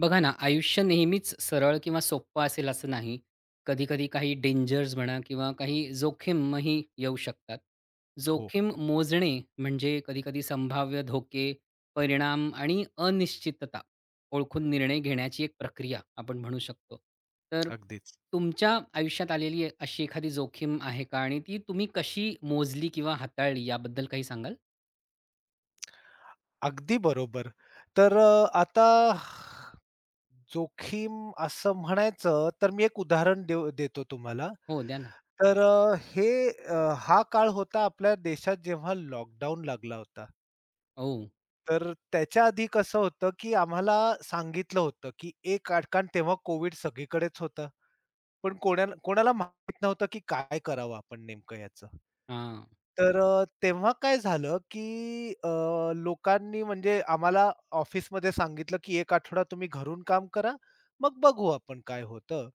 बघा ना, आयुष्य नेहमीच सरळ किंवा सोप्पं असेल असं नाही. कधी-कधी काही डेंजर्स म्हणा किंवा काही जोखीमही येऊ शकतात. हो, जोखीम मोजणे म्हणजे कधी-कधी संभाव्य धोके, परिणाम आणि अनिश्चितता ओळखून निर्णय घेण्याची एक प्रक्रिया आपण म्हणू शकतो. तर अगदीच. तुमच्या आयुष्यात आलेली अशी एखादी जोखीम आहे का? आणि ती तुम्ही कशी मोजली किंवा हाताळली याबद्दल काही सांगाल? अगदी बरोबर. आता जोखीम असं म्हणायचं, तर मी एक उदाहरण देऊ देतो तुम्हाला. हो, द्या ना. तर अ, हे अ, हा काळ होता आपल्या देशात जेव्हा लॉकडाऊन लागला होता. ओ, तर त्याच्या आधी कसं होतं, की आम्हाला सांगितलं होतं, की एक आठ कारण तेव्हा कोविड सगळीकडेच होतं. पण कोण्या कोणाला माहीत नव्हतं, की काय करावं आपण नेमकं याचं. हां. तेव्हा काय झालं, लोकांनी म्हणजे आम्हाला ऑफिसमध्ये सांगितलं, की एक आठवडा तुम्ही घरून काम करा, मग बघू आपण काय होतं.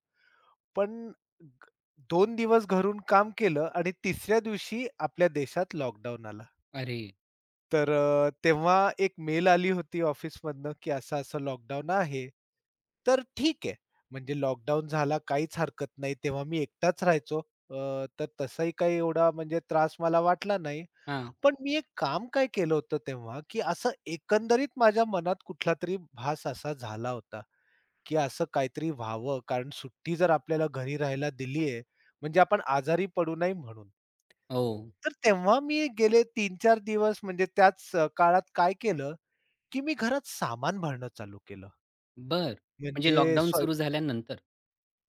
पण ग 2 दिवस घरून काम केलं आणि तिसऱ्या दिवशी आपल्या देशात लॉकडाऊन आला. अरे! तेव्हा एक मेल आली होती ऑफिसमधनं, की असं-असं लॉकडाऊन आहे. तर ठीक आहे. म्हणजे लॉकडाऊन झाला काहीच हरकत नाही. तेव्हा मी एकटाच राहायचो. तर तसाही काही एवढा म्हणजे त्रास मला वाटला नाही. हां. पण मी एक काम काय केलं होतं तेव्हा, की असं एकंदरीत माझ्या मनात कुठलातरी भास असा झाला होता, की असं काहीतरी व्हावं कारण सुट्टी जर आपल्याला घरी राहायला दिली आहे, म्हणजे आपण आजारी पडू नये म्हणून. हो. तर तेव्हा मी गेले तीन-चार दिवस म्हणजे त्याच काळात काय केलं, की मी घरात सामान भरणं चालू केलं. बर, म्हणजे म्हणजे लॉकडाऊन स्वय सुरू झाल्यानंतर?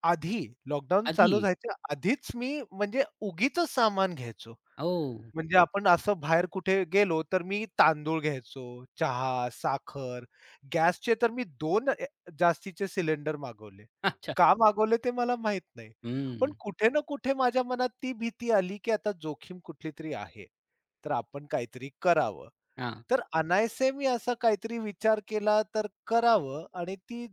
आधी लॉकडाऊन चालू आधी? व्हायच्या आधीच मी म्हणजे उगीचच सामान घ्यायचो. ओह! म्हणजे आपण असं बाहेर कुठे गेलो, तर मी तांदूळ घ्यायचो, चहा, साखर, गॅसचे तर मी दोन जास्तीचे सिलेंडर मागवले. अच्छा. का मागवले ते मला माहीत नाही. पण हं. कुठे ना कुठे माझ्या मनात ती भीती आली, की आता जोखीम कुठली तरी आहे. तर आपण काहीतरी करावं. हां. तर अनायासे मी असा काहीतरी विचार केला तर करावं आणि ती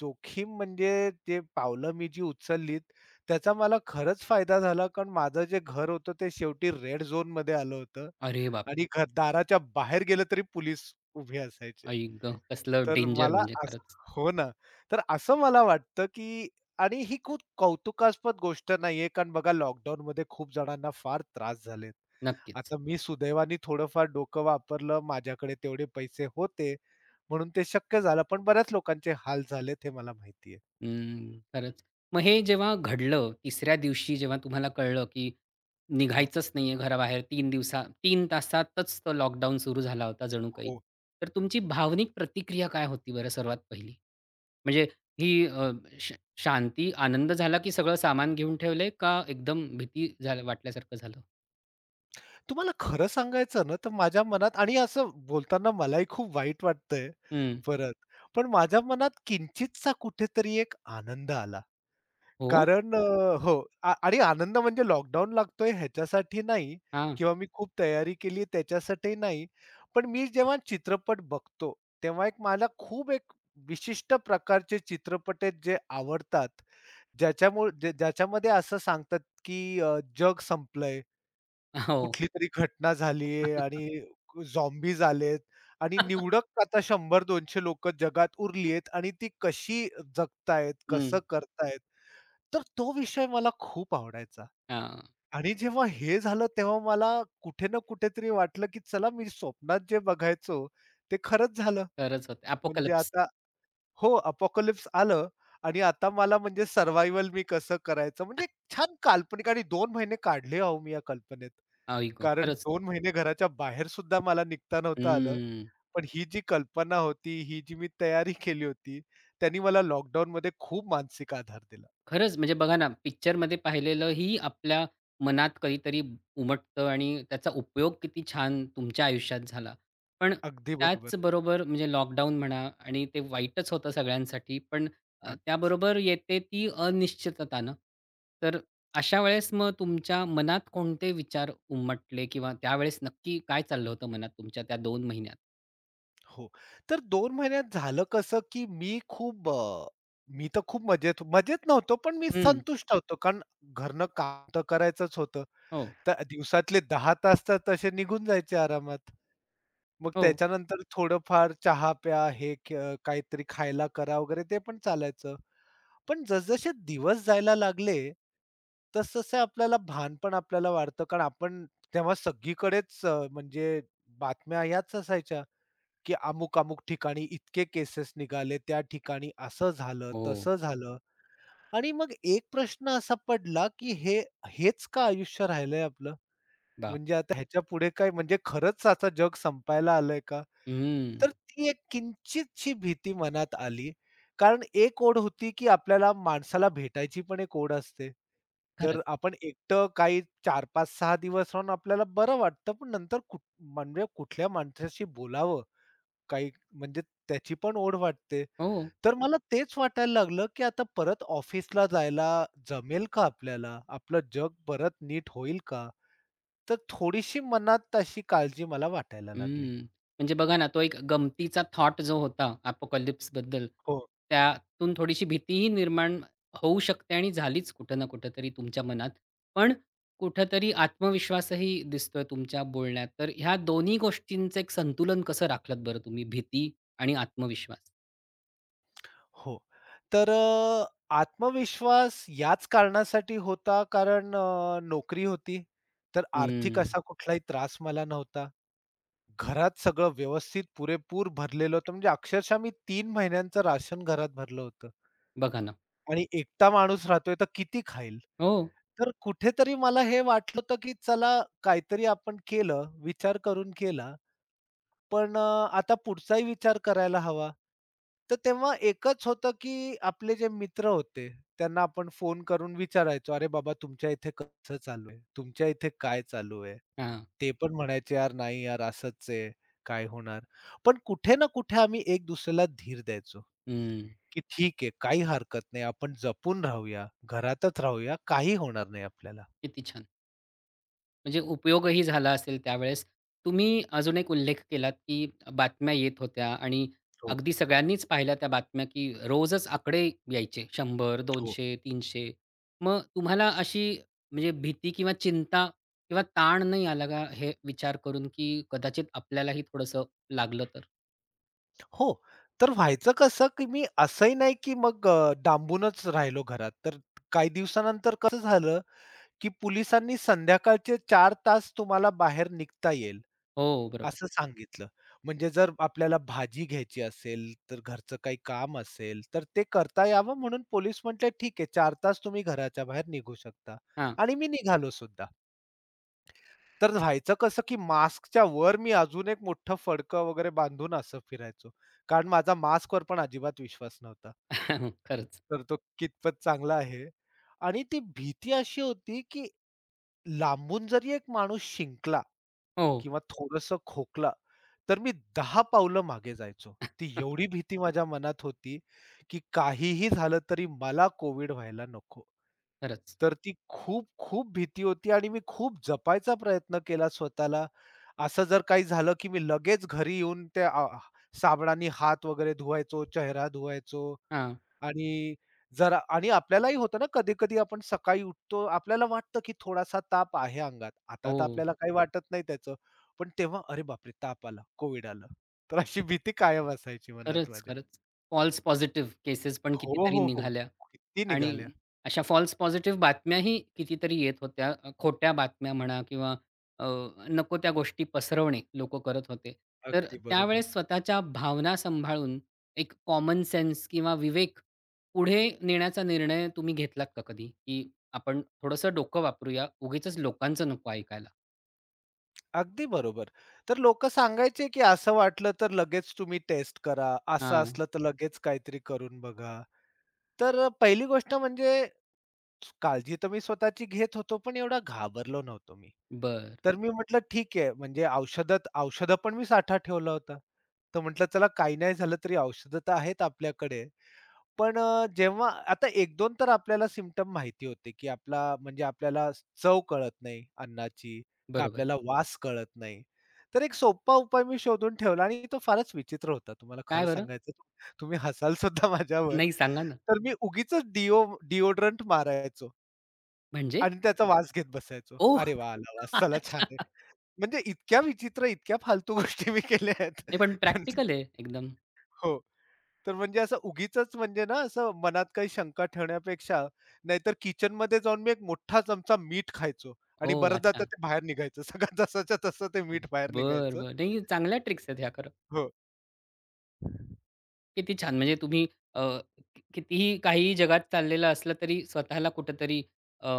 जोखीम म्हणजे ते पावलं मी जी उचललीत, त्याचा मला खरंच फायदा झाला. कारण माझं जे घर होतं ते शेवटी रेड झोनमध्ये आलं होतं अरे बापरे! आणि घर दाराच्या बाहेर गेलं तरी पोलीस उभे असायचे. आई गं! कसलं तर डेंजर मला म्हणजे असं खरंच. हो ना. तर असं मला वाटतं, की आणि ही खूप कौतुकास्पद गोष्ट नाहीये, कारण बघा लॉकडाऊनमध्ये खूप जणांना फार त्रास झालेत. नक्कीच. आता मी सुदैवाने थोडंफार डोकं वापरलं, माझ्याकडे तेवढे पैसे होते म्हणून ते शक्य झालं. पण बऱ्याच लोकांचे हाल झालेत हे मला माहिती आहे. हं. खरंच. मग हे जेव्हा घडलं, तिसऱ्या दिवशी जेव्हा तुम्हाला कळलं, की हो, निघायचंच नाहीये घराबाहेर 3 दिवसा 3 तासातच तो लॉकडाऊन सुरू झाला होता जणू काही. हो. तर तुमची भावनिक प्रतिक्रिया काय होती बरं सर्वात पहिली? म्हणजे ही श शांती, आनंद झाला, की सगळं सामान घेऊन ठेवलंय का एकदम भीती झाल्या वाटल्यासारखं झालं? तुम्हाला खरं सांगायचं ना, तर माझ्या मनात आणि असं बोलताना मलाही खूप वाईट वाटतंय हं. परत. पण माझ्या मनात किंचितसा कुठेतरी एक आनंद आला. हो? कारण हो आणि आनंद म्हणजे लॉकडाऊन लागतोय ह्याच्यासाठी नाही हां. किंवा मी खूप तयारी केली त्याच्यासाठी नाही. पण मी जेव्हा चित्रपट बघतो, तेव्हा एक मला खूप एक विशिष्ट प्रकारचे चित्रपट आहेत जे आवडतात. ज्याच्यामध्ये असं सांगतात, की जग संपलंय हो. कुठली तरी घटना झालीये आणि झॉम्बीज आलेत आणि निवडक आता 100-200 लोकं जगात उरली आहेत आणि ती कशी जगतायत, हं. कसं करतायत. तर तो विषय मला खूप आवडायचा हां. आणि जेव्हा हे झालं तेव्हा मला कुठे ना कुठेतरी वाटलं, की चला मी स्वप्नात जे बघायचो ते खरंच झालं. खरंच होतं. म्हणजे अपोकॅलिप्स. आता हो, अपोकॅलिप्स आलं आणि आता मला म्हणजे सर्व्हायव्हल मी कसं करायचं म्हणजे एक छान काल्पनिक आणि 2 महिने काढले अहो मी या कल्पनेत. आई गं! कारण खरंच. दोन महिने घराच्या बाहेर सुद्धा मला निघता नव्हतं आलं. हं. पण ही जी कल्पना होती, ही जी मी तयारी केली होती, त्यांनी मला लॉकडाऊनमध्ये खूप मानसिक आधार दिला. खरंच म्हणजे बघा ना, पिक्चरमध्ये पाहिलेलं ही आपल्या मनात कधीतरी उमटतं आणि त्याचा उपयोग किती छान तुमच्या आयुष्यात झाला. पण अगदी बरोबर. त्याचबरोबर म्हणजे लॉकडाऊन म्हणा आणि ते वाईटच होतं सगळ्यांसाठी, पण अगदीच. त्याबरोबर येते ती अनिश्चितता ना. तर अशा वेळेस मग तुमच्या मनात कोणते विचार उमटले किंवा त्यावेळेस नक्की काय चाललं होतं मनात तुमच्या त्या 2 महिन्यात? हो. तर दोन महिन्यात झालं कसं, की मी तर खूप मजेत मजेत नव्हतो, पण मी हं. संतुष्ट होतो. कारण घरनं काम तर करायचंच होतं. हो. तर दिवसातले 10 तास तर तसे निघून जायचे आरामात. मग हो. त्याच्यानंतर थोडंफार चहा प्या, हे काहीतरी खायला करा वगैरे ते पण चालायचं. पण जसजसे दिवस जायला लागले, तसतसे आपल्याला भान पण आपल्याला वाढतं. कारण आपण तेव्हा सगळीकडेच अ, म्हणजे बातम्या ह्याच असायच्या, की अमुक-अमुक ठिकाणी इतके केसेस निघाले, त्या ठिकाणी असं झालं, हो. तसं झालं. आणि मग एक प्रश्न असा पडला, की हेच का आयुष्य राहिलंय आपलं? म्हणजे बापरे! आता ह्याच्यापुढे काय म्हणजे खरंच आता जग संपायला आलंय का? हं. तर ती एक किंचितशी भीती मनात आली. कारण एक ओढ होती, की आपल्याला माणसाला भेटायची पण एक ओढ असते. तर खरंच. आपण एकटं काही 4-5-6 दिवस राहून आपल्याला बरं वाटतं, पण नंतर म्हणजे कुठल्या माणसाशी बोलावं, काही म्हणजे त्याची पण ओढ वाटते. हो. तर मला तेच वाटायला लागलं, की आता परत ऑफिसला जायला जमेल का आपल्याला? आपलं जग परत नीट होईल का? तर थोडीशी मनात अशी काळजी मला वाटायला लागली. हम्म. म्हणजे बघा ना, तो एक गमतीचा थॉट जो होता अपोकॅलिप्सबद्दल, हो. त्यातून थोडीशी भीतीही निर्माण होऊ शकते आणि झालीच कुठं ना कुठं तरी तुमच्या मनात. पण कुठेतरी आत्मविश्वासही दिसतोय तुमच्या बोलण्यात. तर ह्या दोन्ही गोष्टींचं एक संतुलन कसं राखलत बरं तुम्ही? भीती आणि आत्मविश्वास? हो. तर अ, आत्मविश्वास याच कारणासाठी होता कारण नोकरी होती. तर आर्थिक हम्म. असा कुठलाही त्रास मला नव्हता. घरात सगळं व्यवस्थित पुरेपूर भरलेलं होतं. म्हणजे अक्षरशः मी 3 महिन्यांचं राशन घरात भरलं होतं बघा ना. आणि एकटा माणूस राहतोय तर किती खाईल? हो. तर कुठेतरी मला हे वाटलं होतं, की चला काहीतरी आपण केलं, विचार करून केला पण आता पुढचाही विचार करायला हवा. तर तेव्हा एकच होतं, की आपले जे मित्र होते, त्यांना आपण फोन करून विचारायचो, "अरे बाबा तुमच्या इथे कसं चालू आहे? तुमच्या इथे काय चालू आहे?" हां. ते पण म्हणायचे, "यार नाही यार असंच आहे, काय होणार?" पण कुठे ना कुठे आम्ही एक दुसऱ्याला धीर द्यायचो, हम्म. की "ठीक आहे, काही हरकत नाही. आपण जपून राहूया, घरातच राहूया, काही होणार नाही आपल्याला." किती छान. म्हणजे उपयोगही झाला असेल त्यावेळेस. तुम्ही अजून एक उल्लेख केलात, की बातम्या येत होत्या आणि हो, अगदी सगळ्यांनीच पाहिल्या त्या बातम्या, की रोजच आकडे यायचे 100, हो. 200, 300, मग तुम्हाला अशी म्हणजे भीती किंवा चिंता किंवा ताण नाही आला का, हे विचार करून, की कदाचित आपल्यालाही थोडंसं लागलं तर? हो. तर व्हायचं कसं, की मी असंही नाही, की मग डांबूनच राहिलो घरात. तर काही दिवसानंतर कसं झालं, की पोलिसांनी संध्याकाळचे चार तास तुम्हाला बाहेर निघता येईल, हो, बरोबर. असं सांगितलं. म्हणजे जर आपल्याला भाजी घ्यायची असेल, तर घरचं काही काम असेल, तर ते करता यावं म्हणून पोलीस म्हटले, "ठीक आहे, 4 तास तुम्ही घराच्या बाहेर निघू शकता." हां. आणि मी निघालो सुद्धा. तर व्हायचं कसं, की मास्कच्या वर मी अजून एक मोठं फडकं वगैरे बांधून असं फिरायचो. कारण माझा मास्कवर पण अजिबात विश्वास नव्हता. खरंच. तर तो कितपत चांगला आहे आणि ती भीती अशी होती, की लांबून जरी एक माणूस शिंकला हो. किंवा थोडंसं खोकला, तर मी 10 पावलं मागे जायचो. ती एवढी भीती माझ्या मनात होती, की काहीही झालं तरी मला कोव्हिड व्हायला नको. खरंच. तर ती खूप-खूप भीती होती आणि मी खूप जपायचा प्रयत्न केला स्वतःला. असं जर काही झालं, की मी लगेच घरी येऊन त्या साबणाने हात वगैरे धुवायचो, चेहरा धुवायचो हां. आणि जरा आणि आपल्यालाही होतं ना कधी-कधी आपण सकाळी उठतो, आपल्याला वाटतं, की थोडासा ताप आहे अंगात. आता तर हो. आपल्याला काही वाटत नाही त्याचं. पण तेव्हा अरे बापरे! ताप आला, कोव्हिड आलं. तर अशी भीती कायम असायची मनात खरंच, माझ्या. खरंच. फॉल्स पॉझिटिव्ह केसेस पण हो, कितीतरी हो, हो. निघाल्या. किती निघाल्या. आणि अशा फॉल्स पॉझिटिव्ह बातम्याही कितीतरी येत होत्या. खोट्या बातम्या म्हणा किंवा अ, नको त्या गोष्टी पसरवणे लोकं करत होते. तर अगदी बरोबर. त्यावेळेस स्वतःच्या भावना सांभाळून एक कॉमन सेन्स किंवा विवेक पुढे नेण्याचा निर्णय तुम्ही घेतलात का कधी? की आपण थोडंसं डोकं वापरूया, उगीचच लोकांचं नको ऐकायला? अगदी बरोबर. तर लोकं सांगायचे, की असं वाटलं तर लगेच तुम्ही टेस्ट करा, असं हां. असलं तर लगेच काहीतरी करून बघा. पहिली गोष्ट म्हणजे काळजी तर मी स्वतःची घेत होतो, पण एवढा घाबरलो नव्हतो मी. बरं. तर मी म्हटलं ठीक आहे, म्हणजे औषधं पण मी साठा ठेवला होता. तर म्हटलं चला काही नाही झालं तरी औषधं तर आहेत आपल्याकडे. पण जेव्हा आता एक 2 तर आपल्याला सिम्प्टम माहिती होते, की आपला म्हणजे आपल्याला चव कळत नाही अन्नाची, का बरोबर. आपल्याला वास कळत नाही. तर एक सोपा उपाय मी शोधून ठेवला आणि तो फारच विचित्र होता तुम्हाला खरं काय बरं? सांगायचं तुम्ही हसाल सुद्धा माझ्यावर. नाही सांगा ना. तर मी उगीचच डिओड्रंट मारायचो म्हणजे? आणि त्याचा वास घेत बसायचो. ओह! "अरे वाह! आला वास. चला नाही छान आहे." म्हणजे इतक्या विचित्र, इतक्या फालतू गोष्टी मी केल्या आहेत. पण म्हणजे प्रॅक्टिकल आहे एकदम. हो. तर म्हणजे असं उगीचच म्हणजे ना, असं मनात काही शंका ठेवण्यापेक्षा नाहीतर किचनमध्ये जाऊन मी एक मोठा चमचा मीठ खायचो आणि ओह! बऱ्याचदा आता अच्छा. ते बाहेर निघायचं. सगळं जसाच्या तसं ते मीठ बाहेर बर निघायचं. बर नाही चांगल्या ट्रिक्स आहेत ह्या खरं. हो. किती छान! म्हणजे तुम्ही अ, कितीही काहीही जगात चाललेलं असलं तरी स्वतःला कुठेतरी अ,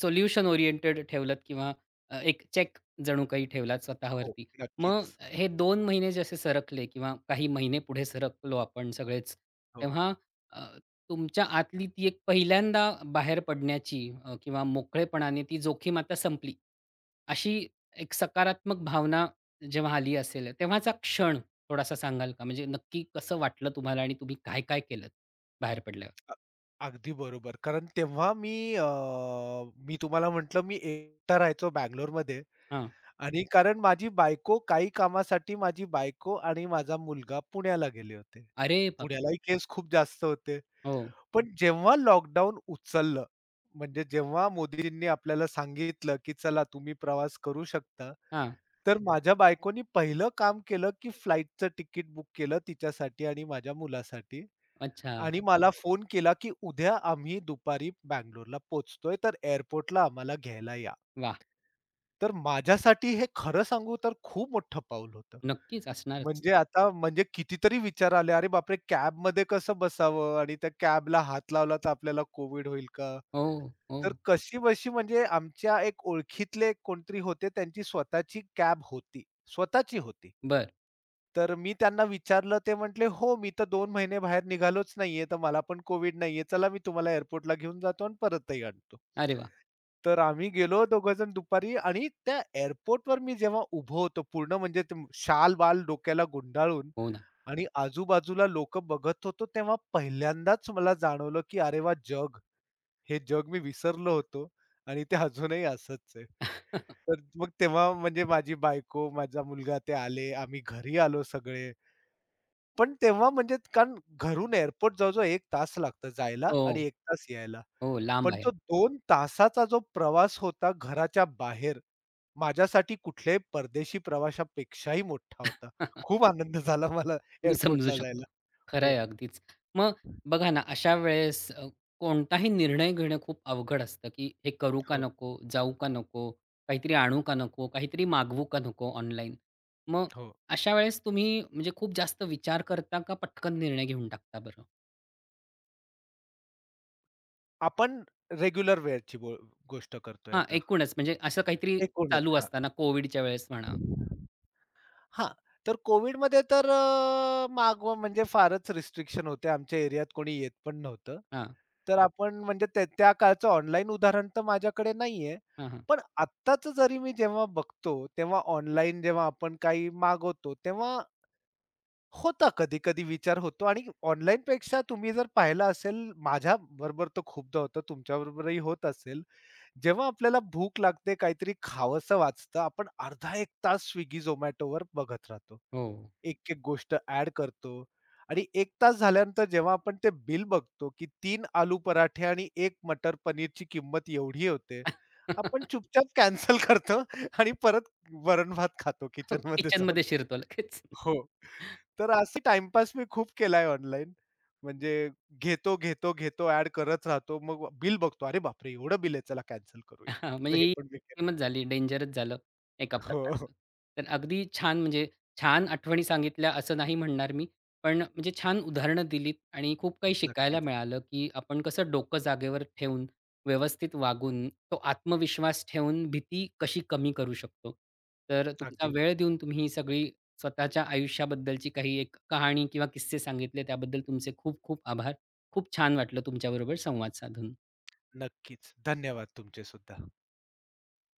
सोल्युशन ओरिएंटेड ठेवलत किंवा एक चेक जणू काही ठेवलात हो, स्वतःवरती. मग नक्कीच. हे 2 महिने जसे सरकले किंवा काही महिने पुढे सरकलो आपण सगळेच, हो. तेव्हा अ, तुमच्या आतली ती एक पहिल्यांदा बाहेर पडण्याची किंवा मोकळेपणाने ती जोखीम आता संपली, अशी एक सकारात्मक भावना जेव्हा आली असेल, तेव्हाचा क्षण थोडासा सांगाल का? म्हणजे नक्की कसं वाटलं तुम्हाला आणि तुम्ही काय-काय केलंत बाहेर पडल्यावर? अ, अगदी बरोबर. कारण अ, मी तुम्हाला म्हटलं मी एकटा राहायचो बंगलोरमध्ये हां. आणि कारण माझी बायको आणि माझा मुलगा पुण्याला गेले होते. अरे बापरे! पुण्यालाही केस खूप जास्त होते. हो. पण जेव्हा लॉकडाऊन उचललं, म्हणजे जेव्हा मोदीजींनी आपल्याला सांगितलं, की चला तुम्ही प्रवास करू शकता. हां. तर माझ्या बायकोनी पहिलं काम केलं, की फ्लाइटचं तिकीट बुक केलं तिच्यासाठी आणि माझ्या मुलासाठी अच्छा. आणि मला फोन केला, की उद्या आम्ही दुपारी बंगलोरला पोहोचतोय, तर एअरपोर्टला आम्हाला घ्यायला या. वाह! तर माझ्यासाठी हे खरं सांगू तर खूप मोठं पाऊल होतं. नक्कीच असणारच. म्हणजे आता म्हणजे कितीतरी विचार आले, "अरे बापरे! कॅबमध्ये कसं बसावं आणि त्या कॅबला हात लावला तर आपल्याला कोव्हिड होईल का?" हो, हो. तर कशी बशी म्हणजे आमच्या एक ओळखीतले कोणतरी होते, त्यांची स्वतःची कॅब होती. स्वतःची होती. बरं. तर मी त्यांना विचारलं, ते म्हटले, "हो, मी तर दोन महिने बाहेर निघालोच नाहीये, तर मला पण कोव्हिड नाहीये. चला मी तुम्हाला एअरपोर्टला घेऊन जातो आणि परतही आणतो." अरे वाह! तर आम्ही गेलो दोघंजण दुपारी आणि त्या एअरपोर्टवर मी जेव्हा उभं होतो पूर्ण म्हणजे ते शाल-बाल डोक्याला गुंडाळून हो ना. आणि आजूबाजूला लोकं बघत होतो, तेव्हा पहिल्यांदाच मला जाणवलं, की अरे वाह! हे जग मी विसरलो होतो आणि ते अजूनही असंच आहे. तर मग तेव्हा म्हणजे माझी बायको, माझा मुलगा ते आले. आम्ही घरी आलो सगळे. पण तेव्हा म्हणजे कारण घरून एअरपोर्ट जवळ एक तास लागतो जायला आणि हो, एक तास यायला. हो. लांब पण आहे. तो दोन तासाचा जो प्रवास होता घराच्या बाहेर, माझ्यासाठी कुठल्याही परदेशी प्रवाशापेक्षाही मोठा होता. खूप आनंद झाला मला मी समजू एअरपोर्टला शकतो. जायला. खरं हो, आहे अगदीच. मग बघा ना, अशा वेळेस कोणताही निर्णय घेणं खूप अवघड असतं, की हे करू का हो, नको? जाऊ का नको? काहीतरी आणू का नको? काहीतरी मागवू का नको ऑनलाईन? मग हो. अशा वेळेस तुम्ही म्हणजे खूप जास्त विचार करता का पटकन निर्णय घेऊन टाकता बरं? आपण रेग्युलर वेअरची गोष्ट करतोय हां, आता. एकूणच म्हणजे असं काहीतरी चालू एकूणच. असताना कोव्हिडच्या वेळेस म्हणा. हां. हां. तर कोविडमध्ये तर अ, मागव म्हणजे फारच रिस्ट्रिक्शन होते. आमच्या एरियात कोणी येत पण नव्हतं. हां, तर आपण म्हणजे त्या त्या काळचं ऑनलाईन उदाहरण तर माझ्याकडे नाहीये. हां, हां. पण आत्ताचं जरी मी जेव्हा बघतो, तेव्हा ऑनलाईन जेव्हा आपण काही मागवतो, तेव्हा कधी-कधी विचार होतो आणि ऑनलाईनपेक्षा तुम्ही जर पाहिलं असेल, माझ्याबरोबर तर खूपदा होतं, तुमच्याबरोबरही होत असेल. जेव्हा आपल्याला भूक लागते, काहीतरी खावंसं वाटतं, आपण अर्धा 1 तास Swiggy, Zomatoवर बघत राहतो. हो. एक-एक गोष्ट ॲड करतो आणि एक तास झाल्यानंतर जेव्हा आपण ते बिल बघतो, की तीन आलू पराठे आणि 1 मटर पनीरची किंमत एवढी होते. आपण चुपचाप कॅन्सल करतो आणि परत वरण-भात खातो किचनमध्ये जाऊन. किचनमध्ये शिरतो लगेच. हो. तर असे टाईमपास मी खूप केलाय ऑनलाईन. म्हणजे घेतो, घेतो, घेतो ॲड करत राहतो. मग बिल बघतो. अरे बापरे! एवढं बिल आहे चला कॅन्सल करूया. हां, तर म्हणजे हे ही पण मी केलंय. गेमच झाली, डेंजरच झालं एका हो, हो. प्रकारचं. तर अगदी छान म्हणजे छान आठवणी सांगितल्या असं नाही म्हणणार मी. पण म्हणजे छान उदाहरणं दिलीत आणि खूप काही शिकायला नक्कीच. मिळालं, की आपण कसं डोकं जागेवर ठेवून, व्यवस्थित वागून, तो आत्मविश्वास ठेवून भीती कशी कमी करू शकतो. तर तुमचा अगदी वेळ बरोबर. देऊन तुम्ही ही सगळी स्वतःच्या आयुष्याबद्दलची काही एक कहाणी किंवा किस्से सांगितले त्याबद्दल तुमचे खूप खूप आभार. खूप छान वाटलं तुमच्याबरोबर संवाद साधून. नक्कीच. धन्यवाद तुमचे सुद्धा.